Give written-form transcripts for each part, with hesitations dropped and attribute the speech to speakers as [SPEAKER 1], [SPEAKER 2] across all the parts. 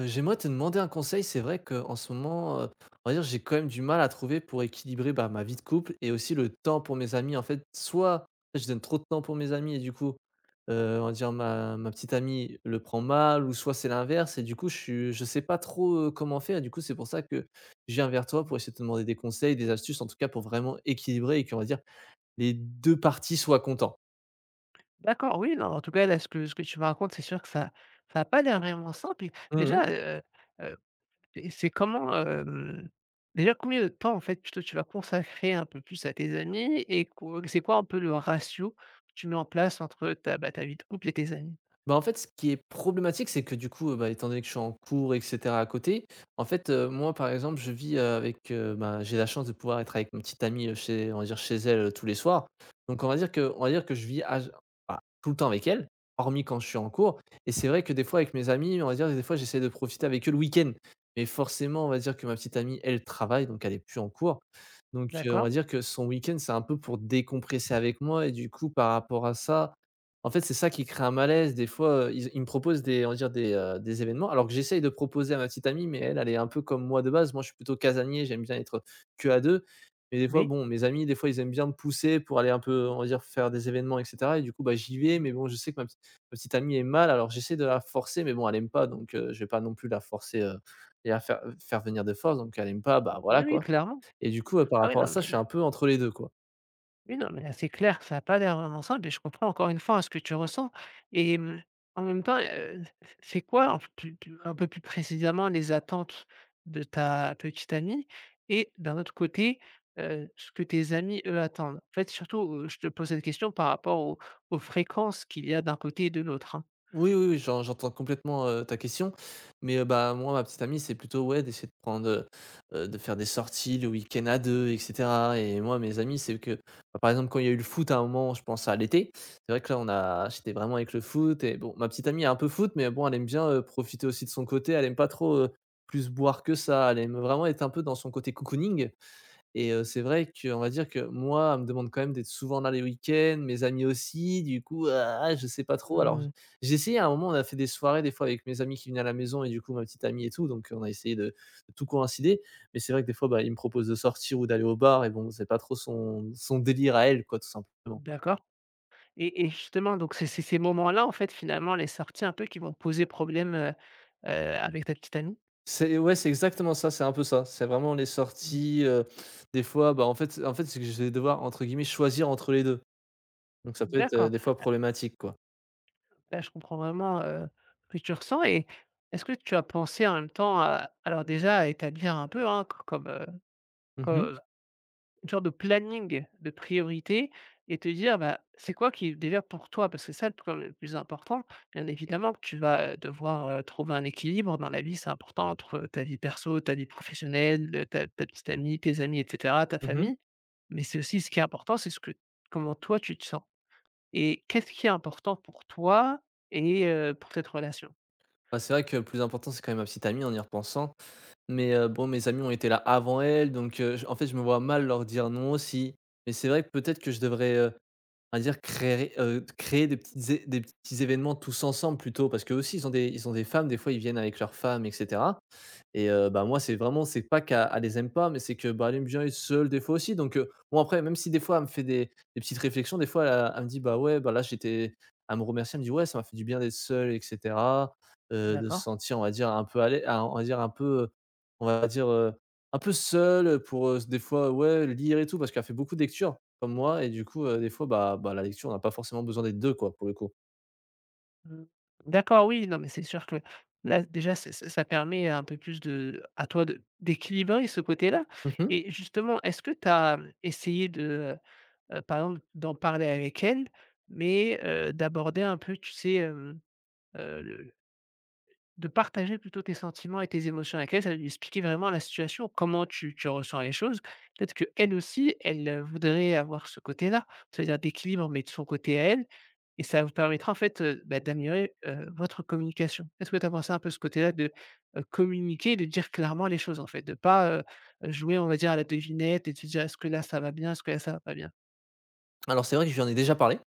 [SPEAKER 1] J'aimerais te demander un conseil. C'est vrai qu'en ce moment, on va dire, j'ai quand même du mal à trouver pour équilibrer, bah, ma vie de couple et aussi le temps pour mes amis. En fait, soit je donne trop de temps pour mes amis et du coup, on va dire ma petite amie le prend mal ou soit c'est l'inverse et du coup je sais pas trop, comment faire et du coup c'est pour ça que je viens vers toi pour essayer de te demander des conseils, des astuces en tout cas pour vraiment équilibrer et que on va dire les 2 parties soient contents.
[SPEAKER 2] D'accord, oui, non, en tout cas, là, ce que tu me racontes, c'est sûr que ça n'a pas l'air vraiment simple et déjà,
[SPEAKER 1] Mmh.
[SPEAKER 2] heu, et c'est comment, déjà combien de temps, en fait, plutôt, tu vas consacrer un peu plus à tes amis et co c'est quoi un peu le ratio que tu mets en place entre ta, bah, ta vie de couple et tes amis?
[SPEAKER 1] Bah, en fait, ce qui est problématique, c'est que du coup, bah, étant donné que je suis en cours et cetera à côté, en fait, moi, par exemple, je vis, avec, bah, j'ai la chance de pouvoir être avec ma petite amie, chez on va dire chez elle, tous les soirs. On va dire que je vis à bah, tout le temps avec elle, hormis quand je suis en cours et c'est vrai que des fois avec mes amis, on va dire des fois j'essaie de profiter avec eux le week-end. Mais forcément, on va dire que ma petite amie, elle travaille, donc elle est plus en cours. Donc, on va
[SPEAKER 2] D'accord,
[SPEAKER 1] dire que son week-end, c'est un peu pour décompresser avec moi et du coup, par rapport à ça, en fait, c'est ça qui crée un malaise. Des fois, ils me proposent des on va dire des événements alors que j'essaye de proposer à ma petite amie, mais elle, elle est un peu comme moi de base. Moi, je suis plutôt casanier, j'aime bien être que à 2. Mais des fois,
[SPEAKER 2] oui.
[SPEAKER 1] bon, mes amis, des fois, ils aiment bien me pousser pour aller un peu, on va dire, faire des événements et cetera et du coup, bah, j'y vais, mais bon, je sais que ma petite amie est mal, alors j'essaie de la forcer, mais bon, elle aime pas, donc je vais pas non plus la forcer, et la faire venir de force, donc elle aime pas, bah, voilà,
[SPEAKER 2] Oui, oui,
[SPEAKER 1] quoi
[SPEAKER 2] clairement.
[SPEAKER 1] et du coup, par
[SPEAKER 2] Ah
[SPEAKER 1] rapport à ça, je suis un peu entre les 2, quoi.
[SPEAKER 2] oui, non, mais là, c'est clair, ça a pas l'air vraiment simple et je comprends encore une fois, hein, ce que tu ressens et mmh, en même temps, c'est quoi un p plus plus un peu plus précisément les attentes de ta petite amie et d'un autre côté, ce que tes amis, eux, attendent? En fait, surtout, je te pose cette question par rapport aux fréquences qu'il y a d'un côté et de l'autre, hein.
[SPEAKER 1] Oui, oui, oui, j'entends complètement, ta question, mais, bah, moi, ma petite amie, c'est plutôt, ouais, d'essayer de prendre, de faire des sorties le week-end à 2 et cetera et moi, mes amis, c'est que, bah, par exemple, quand il y a eu le foot à un moment, je pense à l'été, c'est vrai que là, on a j'étais vraiment avec le foot et bon, ma petite amie est un peu foot, mais bon, elle aime bien, profiter aussi de son côté, elle aime pas trop, plus boire que ça, elle aime vraiment être un peu dans son côté cocooning et c'est vrai que, on va dire que moi, elle me demande quand même d'être souvent là les week-ends, mes amis aussi, du coup, ah, je sais pas trop. Alors,
[SPEAKER 2] Mmh,
[SPEAKER 1] j'ai essayé à un moment, on a fait des soirées des fois avec mes amis qui venaient à la maison et du coup ma petite amie et tout, donc on a essayé de tout coïncider. Mais c'est vrai que des fois, bah, il me propose de sortir ou d'aller au bar et bon, c'est pas trop son délire à elle quoi, tout simplement.
[SPEAKER 2] d'accord. Et justement, donc c'est ces moments-là, en fait, finalement, les sorties un peu qui vont poser problème, avec ta petite amie?
[SPEAKER 1] C'est ouais, c'est exactement ça, c'est un peu ça. C'est vraiment les
[SPEAKER 2] Mmh,
[SPEAKER 1] sorties, des fois, bah, en fait, c'est que je vais devoir entre guillemets «choisir» entre les 2. Donc ça peut être,
[SPEAKER 2] d'accord.
[SPEAKER 1] des fois problématique quoi.
[SPEAKER 2] Là, je comprends vraiment, ce que tu ressens et est-ce que tu as pensé en même temps à alors déjà à établir un peu, hein, c comme,
[SPEAKER 1] Mmh
[SPEAKER 2] co
[SPEAKER 1] mh.
[SPEAKER 2] une sorte de planning de priorité et te dire, bah, c'est quoi qui est déjà pour toi? Parce que ça, le plus important, bien évidemment que tu vas, devoir, trouver un équilibre dans la vie, c'est important entre ta vie perso, ta vie professionnelle, ta petite amie, tes amis et cetera, ta
[SPEAKER 1] Mmh.
[SPEAKER 2] famille. Mais c'est aussi ce qui est important, c'est ce que comment toi tu te sens et qu'est-ce qui est important pour toi et pour cette relation?
[SPEAKER 1] Bah, c'est vrai que le plus important, c'est quand même ma petite amie en y repensant. Mais bon, mes amis ont été là avant elle, donc j en fait, je me vois mal leur dire non aussi. Mais c'est vrai que peut-être que je devrais, on va dire créer, créer des petits événements tous ensemble plutôt, parce que aussi, ils ont des femmes, des fois, ils viennent avec leurs femmes etc et bah, moi, c'est vraiment c'est pas qu'elle elle les aime pas, mais c'est que, bah, elle aime bien être seule des fois aussi, donc bon après, même si des fois elle me fait des petites réflexions, des fois, elle me dit: «Bah, ouais, bah, là, j'étais». Elle me remercie, elle me dit: «Ouais, ça m'a fait du bien d'être seule» et cetera,
[SPEAKER 2] Mmh.
[SPEAKER 1] de se
[SPEAKER 2] D'accord.
[SPEAKER 1] sentir, on va dire, un peu à l'ai ah, on va dire un peu, on va dire, un peu seule, pour, des fois, ouais, lire et tout, parce qu'elle fait beaucoup de lectures comme moi et du coup, des fois, bah, la lecture, on n'a pas forcément besoin d'être 2 quoi, pour le coup.
[SPEAKER 2] Mmh. D'accord, oui, non, mais c'est sûr que là, déjà, c'est ça permet un peu plus de à toi de d'équilibrer ce côté-là.
[SPEAKER 1] Mmh.
[SPEAKER 2] Et justement, est-ce que tu as, mmh, essayé de, par exemple, d'en parler avec elle, mais d'aborder un peu, tu sais, de partager plutôt tes sentiments et tes émotions avec elle, ça va lui expliquer vraiment la situation, comment tu ressens les choses. Peut-être qu'elle aussi, elle, voudrait avoir ce côté-là, c'est-à-dire d'équilibre, mais de son côté à elle et ça vous permettra en fait, bah, d'améliorer, votre communication. Est-ce que tu as pensé un peu ce côté-là de, communiquer, de dire clairement les choses en fait? De pas, jouer on va dire à la devinette et de se dire: «Est-ce que là ça va bien? Est-ce que là ça va pas bien?»
[SPEAKER 1] Alors c'est vrai que j'en ai déjà parlé.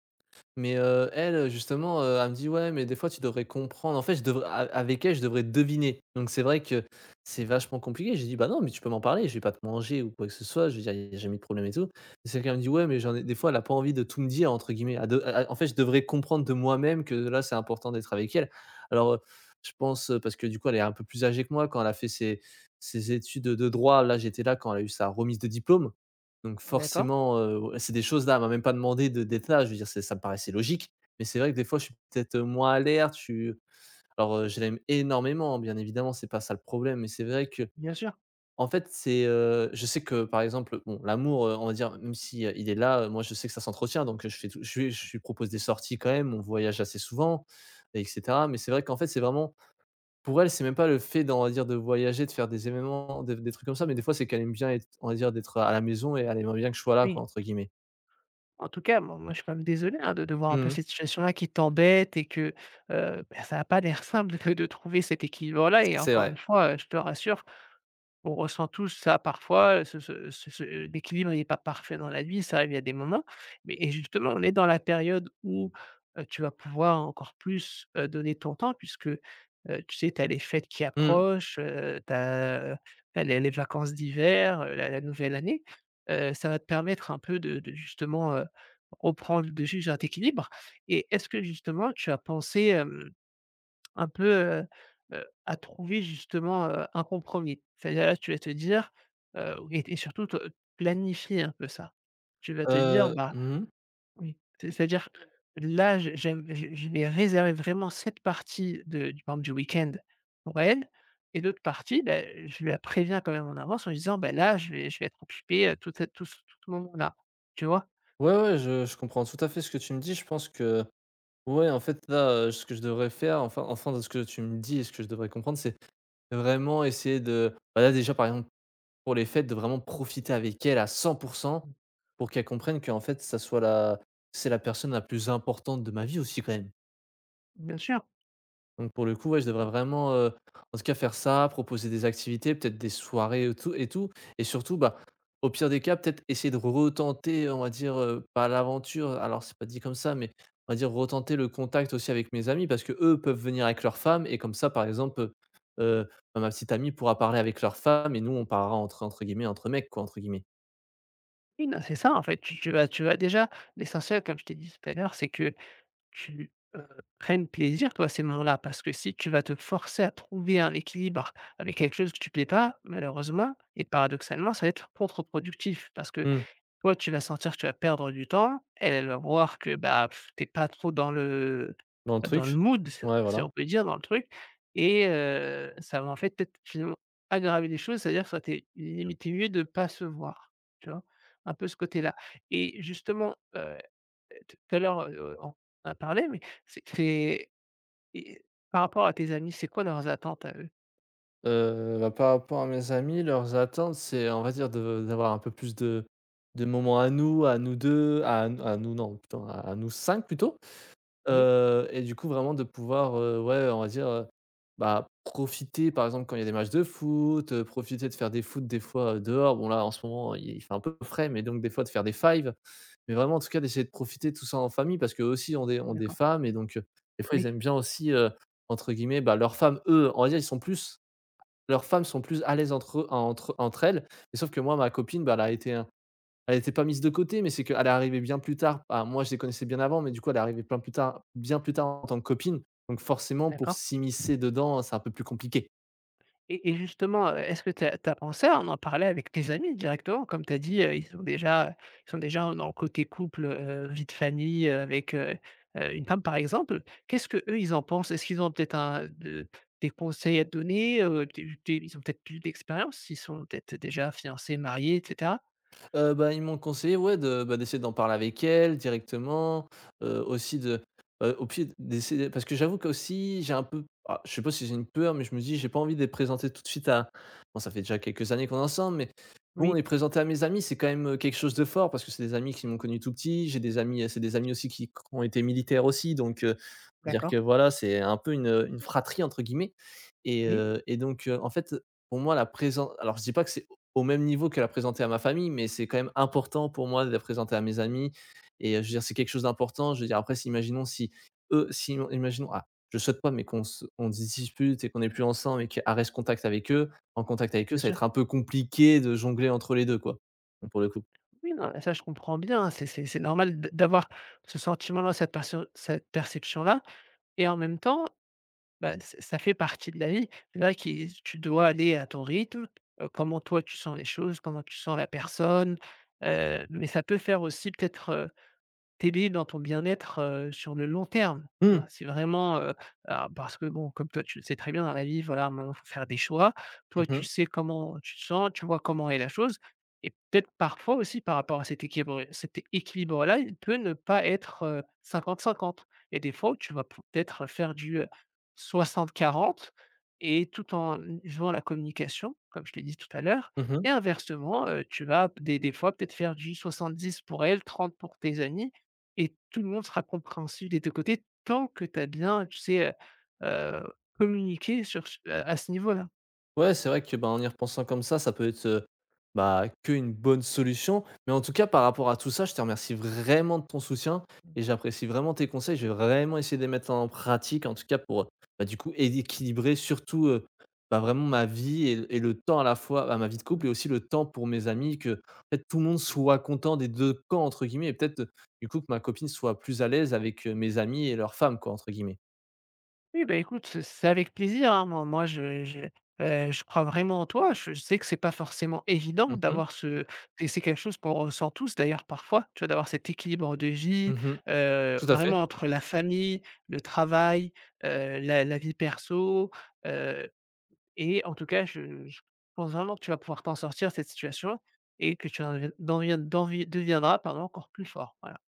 [SPEAKER 1] Mais, elle, justement, elle me dit: «Ouais, mais des fois tu devrais comprendre». En fait, je devrais a avec elle, je devrais deviner. Donc c'est vrai que c'est vachement compliqué. J'ai dit: «Bah non, mais tu peux m'en parler, je vais pas te manger ou quoi que ce soit». Je veux dire, il y a jamais de problème et tout. Et c'est qu'elle me dit: «Ouais, mais j'en ai» des fois, elle a pas envie de tout me dire entre guillemets. Elle en fait, je devrais comprendre de moi-même que là, c'est important d'être avec elle. Alors, je pense, parce que du coup, elle est un peu plus âgée que moi quand elle a fait ses études de droit. Là, j'étais là quand elle a eu sa remise de diplôme. Donc
[SPEAKER 2] D'accord?
[SPEAKER 1] forcément, c'est des choses là, elle m'a même pas demandé de d'être là. Je veux dire, c'est ça me paraissait logique, mais c'est vrai que des fois, je suis peut-être, moins alerte, je suis alors, je l'aime énormément, hein, bien évidemment, c'est pas ça le problème, mais c'est vrai
[SPEAKER 2] Bien sûr.
[SPEAKER 1] qu'en fait, c'est, je sais que, par exemple, bon, l'amour, on va dire, même si, il est là, moi, je sais que ça s'entretient, donc, je fais tout je lui propose des sorties quand même, on voyage assez souvent et cetera, mais c'est vrai qu'en fait, c'est vraiment pour elle, c'est même pas le fait d'on va dire de voyager, de faire des événements, des trucs comme ça, mais des
[SPEAKER 2] Mmh.
[SPEAKER 1] fois, c'est qu'elle aime bien être on va dire, d'être à la maison et elle aimerait bien que je sois là, quoi,
[SPEAKER 2] Oui.
[SPEAKER 1] entre guillemets.
[SPEAKER 2] En tout cas, moi, je suis quand même désolé, hein, de voir un peu
[SPEAKER 1] Mmh.
[SPEAKER 2] cette situation-là qui t'embête et que, bah, ça a pas l'air simple de trouver cet équilibre-là. Et
[SPEAKER 1] C'est
[SPEAKER 2] encore
[SPEAKER 1] vrai.
[SPEAKER 2] une fois, je te rassure, on ressent tous ça parfois, ce ce ce ce l'équilibre n'est pas parfait dans la vie, ça arrive, il y a des moments. Mais et justement, on est dans la période où, tu vas pouvoir encore plus, donner ton temps puisque, tu sais, tu as les fêtes qui
[SPEAKER 1] Mmh.
[SPEAKER 2] approchent, tu as les vacances d'hiver, la nouvelle année. Ça va te permettre un peu de justement, reprendre le dessus sur cet équilibre. Et est-ce que justement tu as pensé, un peu, heu à trouver justement, un compromis. C'est-à-dire là, tu vas te dire, et surtout te planifier un peu ça. Tu vas te
[SPEAKER 1] Heu,
[SPEAKER 2] dire: «Bah,
[SPEAKER 1] mmh
[SPEAKER 2] oui». C'est c'est-à-dire là, je j'aime je vais réserver vraiment cette partie de du par exemple du week-end pour elle et l'autre partie, bah, je la préviens quand même en avance en lui disant: «ben là, je vais être occupé, tout ce moment-là». Tu vois?
[SPEAKER 1] Ouais, ouais, je comprends tout à fait ce que tu me dis. Je pense que ouais, en fait, là, ce que je devrais faire, enfin de ce que tu me dis et ce que je devrais comprendre, c'est vraiment essayer de bah, là, déjà, par exemple, pour les fêtes, de vraiment profiter avec elle à 100% pour qu'elle comprenne qu'en fait, ça soit la c'est la personne la plus importante de ma vie aussi quand même.
[SPEAKER 2] Bien sûr.
[SPEAKER 1] Donc pour le coup, ouais, je devrais vraiment, en tout cas faire ça, proposer des activités, peut-être des soirées et tout et tout et surtout, bah, au pire des cas, peut-être essayer de retenter, on va dire, pas l'aventure, alors c'est pas dit comme ça, mais on va dire retenter le contact aussi avec mes amis parce que eux peuvent venir avec leurs femmes et comme ça, par exemple, bah, ma petite amie pourra parler avec leur femme et nous, on parlera entre guillemets «entre mecs» quoi, entre guillemets.
[SPEAKER 2] Oui, non, c'est ça en fait. Tu vas déjà, l'essentiel comme je t'ai dit tout à l'heure, c'est que tu, prennes plaisir, toi, à ces moments-là. Parce que si tu vas te forcer à trouver un équilibre avec quelque chose que tu ne plais pas, malheureusement et paradoxalement, ça va être contre-productif. Parce que
[SPEAKER 1] Mmh.
[SPEAKER 2] toi, tu vas sentir que tu vas perdre du temps, elle, elle va voir que, bah, tu es pas trop dans le
[SPEAKER 1] Dans le truc.
[SPEAKER 2] mood, si
[SPEAKER 1] Ouais,
[SPEAKER 2] si
[SPEAKER 1] voilà.
[SPEAKER 2] on peut dire, dans le truc, et ça va en fait peut-être finalement aggraver les choses, c'est-à-dire que ça t'est limite mieux de ne pas se voir, tu vois? Un peu ce côté-là. Et justement, tout à l'heure, on en a parlé, mais c'est et par rapport à tes amis, c'est quoi leurs attentes à eux?
[SPEAKER 1] Bah, par rapport à mes amis, leurs attentes, c'est on va dire de d'avoir un peu plus de moments à nous 2 à nous non, putain, à nous 5 plutôt,
[SPEAKER 2] Oui,
[SPEAKER 1] et du coup vraiment de pouvoir, ouais, on va dire, bah, profiter par exemple quand il y a des matchs de foot, profiter de faire des foot des fois, dehors. Bon là en ce moment il fait un peu frais, mais donc des fois de faire des fives, mais vraiment en tout cas d'essayer de profiter tout ça en famille parce qu'eux aussi ont des
[SPEAKER 2] d'accord,
[SPEAKER 1] femmes et donc, des fois ils
[SPEAKER 2] oui,
[SPEAKER 1] aiment bien aussi, entre guillemets, bah, leurs femmes, eux, on va dire ils sont plus leurs femmes sont plus à l'aise entre eux entre elles, mais sauf que moi, ma copine, bah, elle a été, elle était pas mise de côté, mais c'est qu'elle est arrivée bien plus tard. Bah, moi, je les connaissais bien avant, mais du coup, elle est arrivée plein plus tard bien plus tard en tant que copine, donc forcément, pour
[SPEAKER 2] d'accord.
[SPEAKER 1] s'immiscer dedans, c'est un peu plus compliqué.
[SPEAKER 2] Et justement, est-ce que tu pensé à en parler avec tes amis directement? Comme tu as dit, ils sont déjà dans le côté couple, vie de famille, avec une femme par exemple. Qu'est-ce que eux, ils en pensent? Est-ce qu'ils ont peut-être un de des conseils à te donner, des ils ont peut-être plus d'expérience? Ils sont peut-être déjà fiancés, mariés et cetera?
[SPEAKER 1] Bah, ils m'ont conseillé, ouais, de, bah, d'essayer d'en parler avec elle directement, aussi de, au pied d'essayer parce que j'avoue qu'aussi j'ai un peu ah, je sais pas si j'ai une peur, mais je me dis: «J'ai pas envie de les présenter tout de suite à» bon, ça fait déjà quelques années qu'on est ensemble, mais bon,
[SPEAKER 2] Oui,
[SPEAKER 1] les présenter à mes amis, c'est quand même, quelque chose de fort parce que c'est des amis qui m'ont connu tout petit. C'est des amis aussi qui ont été militaires aussi, donc dire
[SPEAKER 2] d'accord,
[SPEAKER 1] que voilà, c'est un peu une «fratrie» entre guillemets
[SPEAKER 2] oui,
[SPEAKER 1] et donc en fait, pour moi, la présence alors je dis pas que c'est au même niveau que la présenter à ma famille, mais c'est quand même important pour moi de la présenter à mes amis et je veux dire, c'est quelque chose d'important. Je veux dire, après, si imaginons ah, je souhaite pas, mais qu'on se on se dispute et qu'on n'est plus ensemble et qu'elle reste contact avec eux en contact avec eux,
[SPEAKER 2] bien
[SPEAKER 1] ça va être
[SPEAKER 2] sûr.
[SPEAKER 1] un peu compliqué de jongler entre les 2 quoi, pour le coup.
[SPEAKER 2] Oui, non, ça je comprends bien, hein, c'est normal d'avoir ce sentiment-là, cette perception-là. Et en même temps, bah, ç ça fait partie de la vie. Là qui tu dois aller à ton rythme, comment toi tu sens les choses, comment tu sens la personne, mais ça peut faire aussi peut-être t'aider dans ton bien-être, sur le long terme, tu
[SPEAKER 1] Mmh.
[SPEAKER 2] vois? C'est vraiment, alors parce que bon, comme toi, tu le sais très bien dans la vie, voilà, maintenant, faut faire des choix. Toi,
[SPEAKER 1] Mmh
[SPEAKER 2] tu
[SPEAKER 1] mh.
[SPEAKER 2] sais comment tu te sens, tu vois comment est la chose et peut-être parfois aussi par rapport à cet équilibre-là, il peut ne pas être, 50-50. Et des fois tu vas peut-être faire du, 60-40 et tout en jouant la communication, comme je l'ai dit tout à l'heure.
[SPEAKER 1] Mmh.
[SPEAKER 2] Et inversement, tu vas des fois peut-être faire du 70 pour elle, 30 pour tes amis, et tout le monde sera compréhensif des 2 côtés tant que tu as bien, tu sais, heu heu, communiqué sur ce à ce niveau-là.
[SPEAKER 1] Ouais, c'est vrai que, bah, en y repensant comme ça peut être, bah, qu'une bonne solution. Mais en tout cas, par rapport à tout ça, je te remercie vraiment de ton soutien et j'apprécie vraiment tes conseils. Je vais vraiment essayer de les mettre en pratique, en tout cas pour, bah, du coup, éd équilibrer surtout, bah, vraiment ma vie et le temps à la fois à ma vie de couple
[SPEAKER 2] Mmh.
[SPEAKER 1] et aussi le temps pour mes amis, que, peut fait, tout le monde soit «content des 2 camps» entre guillemets et peut-être, du coup, que ma copine soit plus à l'aise avec, mes amis et leurs femmes, quoi, entre guillemets.
[SPEAKER 2] Oui, bah, écoute, c'est avec plaisir, hein. Moi, je crois vraiment en toi. Je sais que c'est pas forcément évident
[SPEAKER 1] Mhm, mhm.
[SPEAKER 2] d'avoir ce, et c'est quelque chose qu'on ressent tous d'ailleurs parfois, tu vois? D'avoir cet équilibre de vie,
[SPEAKER 1] Tout à fait.
[SPEAKER 2] vraiment entre la famille, le travail, la vie perso, heu et en tout cas, je pense vraiment que tu vas pouvoir t'en sortir de cette situation et que tu en deviennes d'en vie deviendras, pardon, encore plus fort. Voilà.